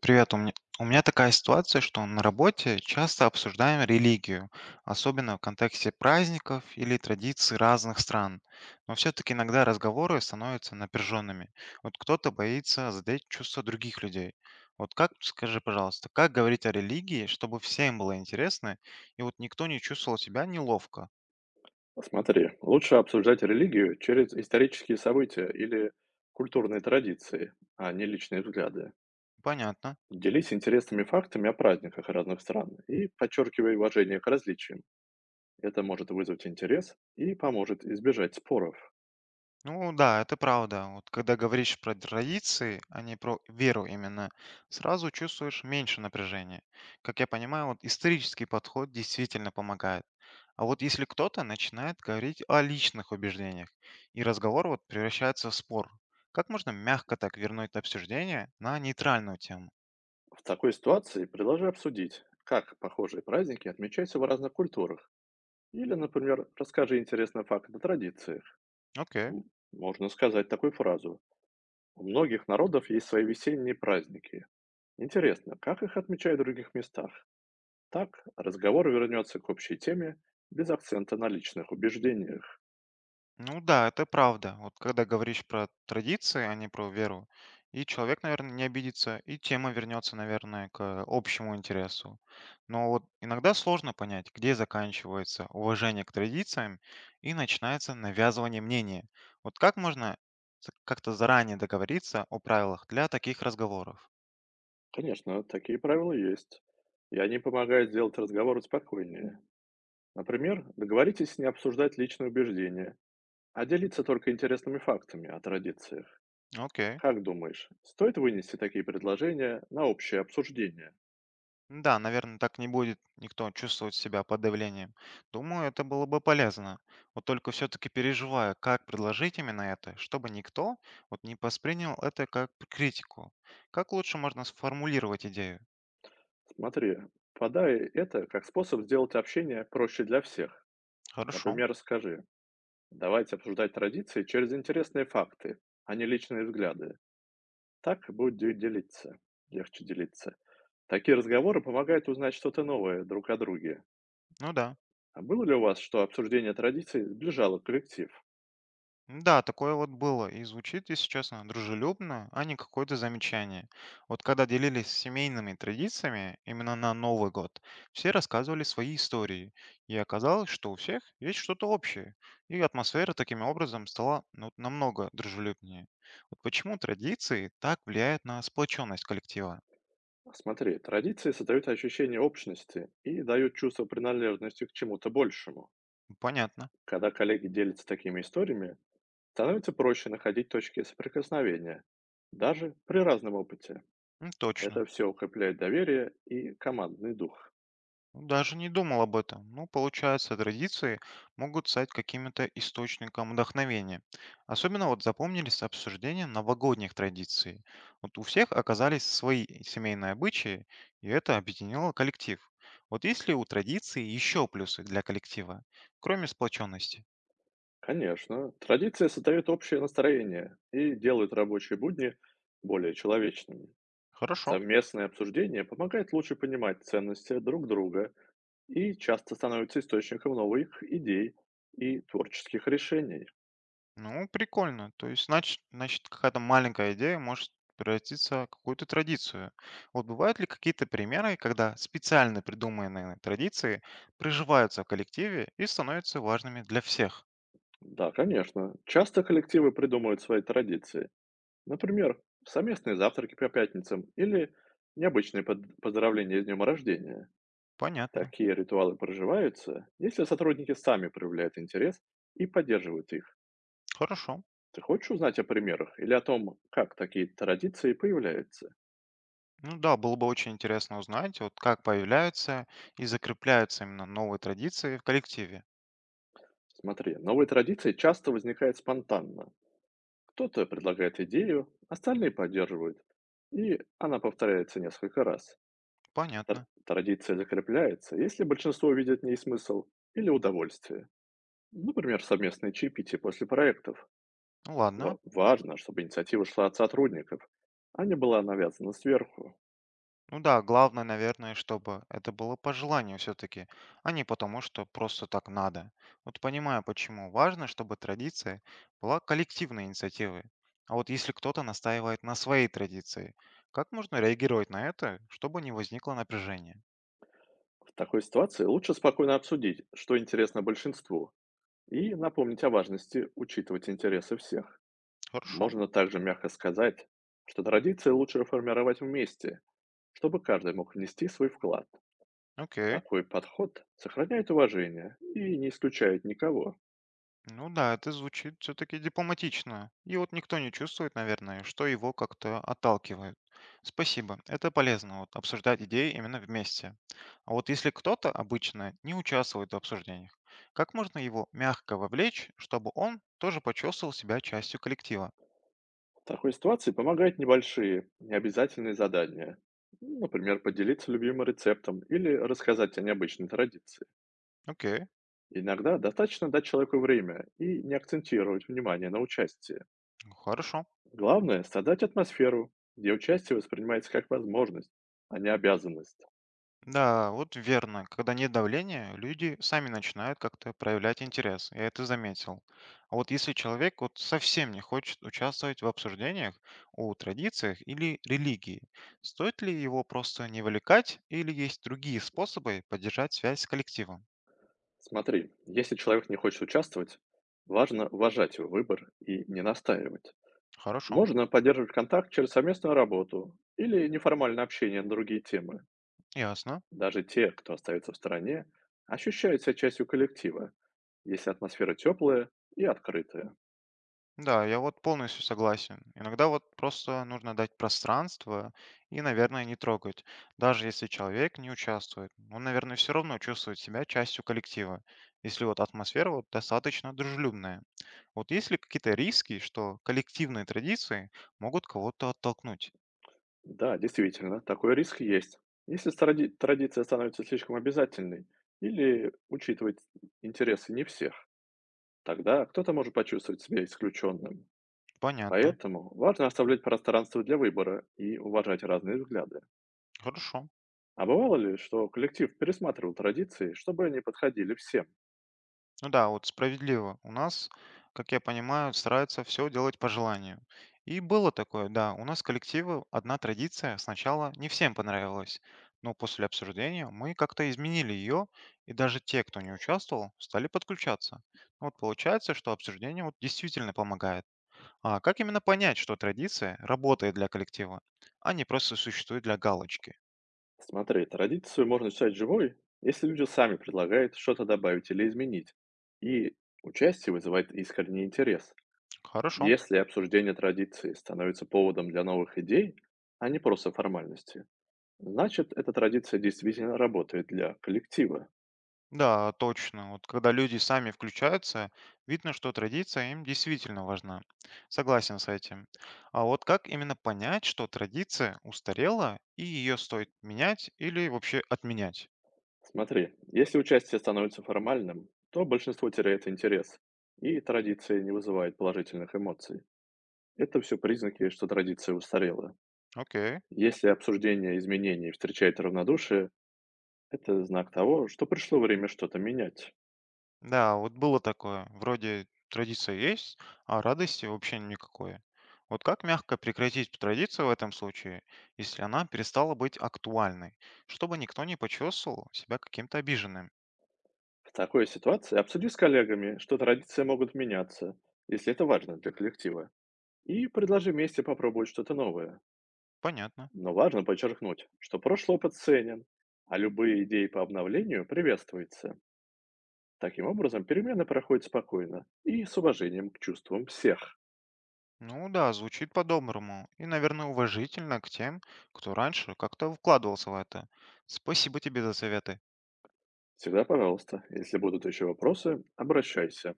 Привет, у меня такая ситуация, что на работе часто обсуждаем религию, особенно в контексте праздников или традиций разных стран. Но все-таки иногда разговоры становятся напряженными. Вот кто-то боится задеть чувства других людей. Вот как, скажи, пожалуйста, как говорить о религии, чтобы всем было интересно, и вот никто не чувствовал себя неловко? Смотри, лучше обсуждать религию через исторические события или культурные традиции, а не личные взгляды. Понятно. Делись интересными фактами о праздниках разных стран и подчеркивай уважение к различиям. Это может вызвать интерес и поможет избежать споров. Ну да, это правда. Вот когда говоришь про традиции, а не про веру именно, сразу чувствуешь меньше напряжения. Как я понимаю, вот исторический подход действительно помогает. А вот если кто-то начинает говорить о личных убеждениях, и разговор вот превращается в спор, как можно мягко так вернуть обсуждение на нейтральную тему? В такой ситуации предложи обсудить, как похожие праздники отмечаются в разных культурах. Или, например, расскажи интересный факт о традициях. Окей. М, можно сказать такую фразу: у многих народов есть свои весенние праздники. Интересно, как их отмечают в других местах? Так разговор вернется к общей теме без акцента на личных убеждениях. Ну да, это правда. Вот когда говоришь про традиции, а не про веру, и человек, наверное, не обидится, и тема вернется, наверное, к общему интересу. Но вот иногда сложно понять, где заканчивается уважение к традициям и начинается навязывание мнения. Вот как можно как-то заранее договориться о правилах для таких разговоров? Конечно, такие правила есть. И они помогают сделать разговор спокойнее. Например, договоритесь не обсуждать личные убеждения, а делиться только интересными фактами о традициях. Окей. Как думаешь, стоит вынести такие предложения на общее обсуждение? Да, наверное, так не будет никто чувствовать себя под давлением. Думаю, это было бы полезно. Вот только все-таки переживаю, как предложить именно это, чтобы никто вот не воспринял это как критику. Как лучше можно сформулировать идею? Смотри, подай это как способ сделать общение проще для всех. Хорошо. Например, скажи: давайте обсуждать традиции через интересные факты, а не личные взгляды. Так будет делиться, легче делиться. Такие разговоры помогают узнать что-то новое друг о друге. Ну да. А было ли у вас, что обсуждение традиций сближало коллектив? Да, такое вот было. И звучит, если честно, дружелюбно, а не какое-то замечание. Вот когда делились семейными традициями именно на Новый год, все рассказывали свои истории. И оказалось, что у всех есть что-то общее. И атмосфера таким образом стала ну, намного дружелюбнее. Вот почему традиции так влияют на сплоченность коллектива? Смотри, традиции создают ощущение общности и дают чувство принадлежности к чему-то большему. Понятно. Когда коллеги делятся такими историями, становится проще находить точки соприкосновения, даже при разном опыте. М, Это точно. все укрепляет доверие и командный дух. Ну, даже не думал об этом. Ну, получается, традиции могут стать каким-то источником вдохновения. Особенно вот запомнились обсуждения новогодних традиций. Вот у всех оказались свои семейные обычаи, и это объединило коллектив. Вот есть ли у традиции еще плюсы для коллектива, кроме сплоченности? Конечно, традиции создают общее настроение и делают рабочие будни более человечными. Хорошо. Совместное обсуждение помогает лучше понимать ценности друг друга и часто становится источником новых идей и творческих решений. Ну, прикольно. То есть, значит, какая-то маленькая идея может превратиться в какую-то традицию. Вот бывают ли какие-то примеры, когда специально придуманные традиции приживаются в коллективе и становятся важными для всех? Да, конечно, часто коллективы придумывают свои традиции. Например, совместные завтраки по пятницам или необычные поздравления с днем рождения. Понятно. Такие ритуалы проживаются, если сотрудники сами проявляют интерес и поддерживают их. Хорошо. Ты хочешь узнать о примерах или о том, как такие традиции появляются? Ну да, было бы очень интересно узнать, вот как появляются и закрепляются именно новые традиции в коллективе. Смотри, новые традиции часто возникают спонтанно. Кто-то предлагает идею, остальные поддерживают, и она повторяется несколько раз. Тр- Понятно. Традиция закрепляется, если большинство видит в ней смысл или удовольствие. Например, совместные чаепития после проектов. Ну ладно. Важно, чтобы инициатива шла от сотрудников, а не была навязана сверху. Ну да, главное, наверное, чтобы это было по желанию все-таки, а не потому, что просто так надо. Вот понимаю, почему важно, чтобы традиция была коллективной инициативой. А вот если кто-то настаивает на своей традиции, как можно реагировать на это, чтобы не возникло напряжение? В такой ситуации лучше спокойно обсудить, что интересно большинству, и напомнить о важности учитывать интересы всех. Хорошо, Можно также мягко сказать, что традиции лучше формировать вместе, чтобы каждый мог внести свой вклад. окей. Такой подход сохраняет уважение и не исключает никого. Ну да, это звучит все-таки дипломатично. И вот никто не чувствует, наверное, что его как-то отталкивают. Спасибо. Это полезно, вот, обсуждать идеи именно вместе. А вот если кто-то обычно не участвует в обсуждениях, как можно его мягко вовлечь, чтобы он тоже почувствовал себя частью коллектива? В такой ситуации помогают небольшие, необязательные задания. Ну, например, поделиться любимым рецептом или рассказать о необычной традиции. Окей, Иногда достаточно дать человеку время и не акцентировать внимание на участии. хорошо. Главное — создать атмосферу, где участие воспринимается как возможность, а не обязанность. Да, вот верно. Когда нет давления, люди сами начинают как-то проявлять интерес. Я это заметил. А вот если человек вот совсем не хочет участвовать в обсуждениях о традициях или религии, стоит ли его просто не вовлекать или есть другие способы поддержать связь с коллективом? Смотри, если человек не хочет участвовать, важно уважать его выбор и не настаивать. Хорошо, Можно поддерживать контакт через совместную работу или неформальное общение на другие темы. ясно. Даже те, кто остается в стороне, ощущают себя частью коллектива, если атмосфера теплая и открытая. Да, я вот полностью согласен. Иногда вот просто нужно дать пространство и, наверное, не трогать. Даже если человек не участвует, он, наверное, все равно чувствует себя частью коллектива, если вот атмосфера вот достаточно дружелюбная. Вот есть ли какие-то риски, что коллективные традиции могут кого-то оттолкнуть? Да, действительно, такой риск есть. Если традиция становится слишком обязательной или учитывать интересы не всех, тогда кто-то может почувствовать себя исключенным. Понятно. Поэтому важно оставлять пространство для выбора и уважать разные взгляды. Хорошо. А бывало ли, что коллектив пересматривал традиции, чтобы они подходили всем? Ну да, вот справедливо. У нас, как я понимаю, стараются все делать по желанию. И было такое, да, у нас коллективы одна традиция сначала не всем понравилась, но после обсуждения мы как-то изменили ее, и даже те, кто не участвовал, стали подключаться. Ну вот получается, что обсуждение вот действительно помогает. А как именно понять, что традиция работает для коллектива, а не просто существует для галочки? Смотри, традицию можно считать живой, если люди сами предлагают что-то добавить или изменить, и участие вызывает искренний интерес. Хорошо. Если обсуждение традиции становится поводом для новых идей, а не просто формальности, значит, эта традиция действительно работает для коллектива. Да, точно. Вот когда люди сами включаются, видно, что традиция им действительно важна. Согласен с этим. А вот как именно понять, что традиция устарела и ее стоит менять или вообще отменять? Смотри, если участие становится формальным, то большинство теряет интерес, и традиция не вызывает положительных эмоций. Это все признаки, что традиция устарела. Окей. Если обсуждение изменений встречает равнодушие, это знак того, что пришло время что-то менять. Да, вот было такое. Вроде традиция есть, а радости вообще никакой. Вот как мягко прекратить традицию в этом случае, если она перестала быть актуальной, чтобы никто не почувствовал себя каким-то обиженным? В такой ситуации обсуди с коллегами, что традиции могут меняться, если это важно для коллектива. И предложи вместе попробовать что-то новое. Понятно. Но важно подчеркнуть, что прошлый опыт ценен, а любые идеи по обновлению приветствуются. Таким образом, перемены проходят спокойно и с уважением к чувствам всех. Ну да, звучит по-доброму и, наверное, уважительно к тем, кто раньше как-то вкладывался в это. Спасибо тебе за советы. Всегда пожалуйста, если будут еще вопросы, обращайся.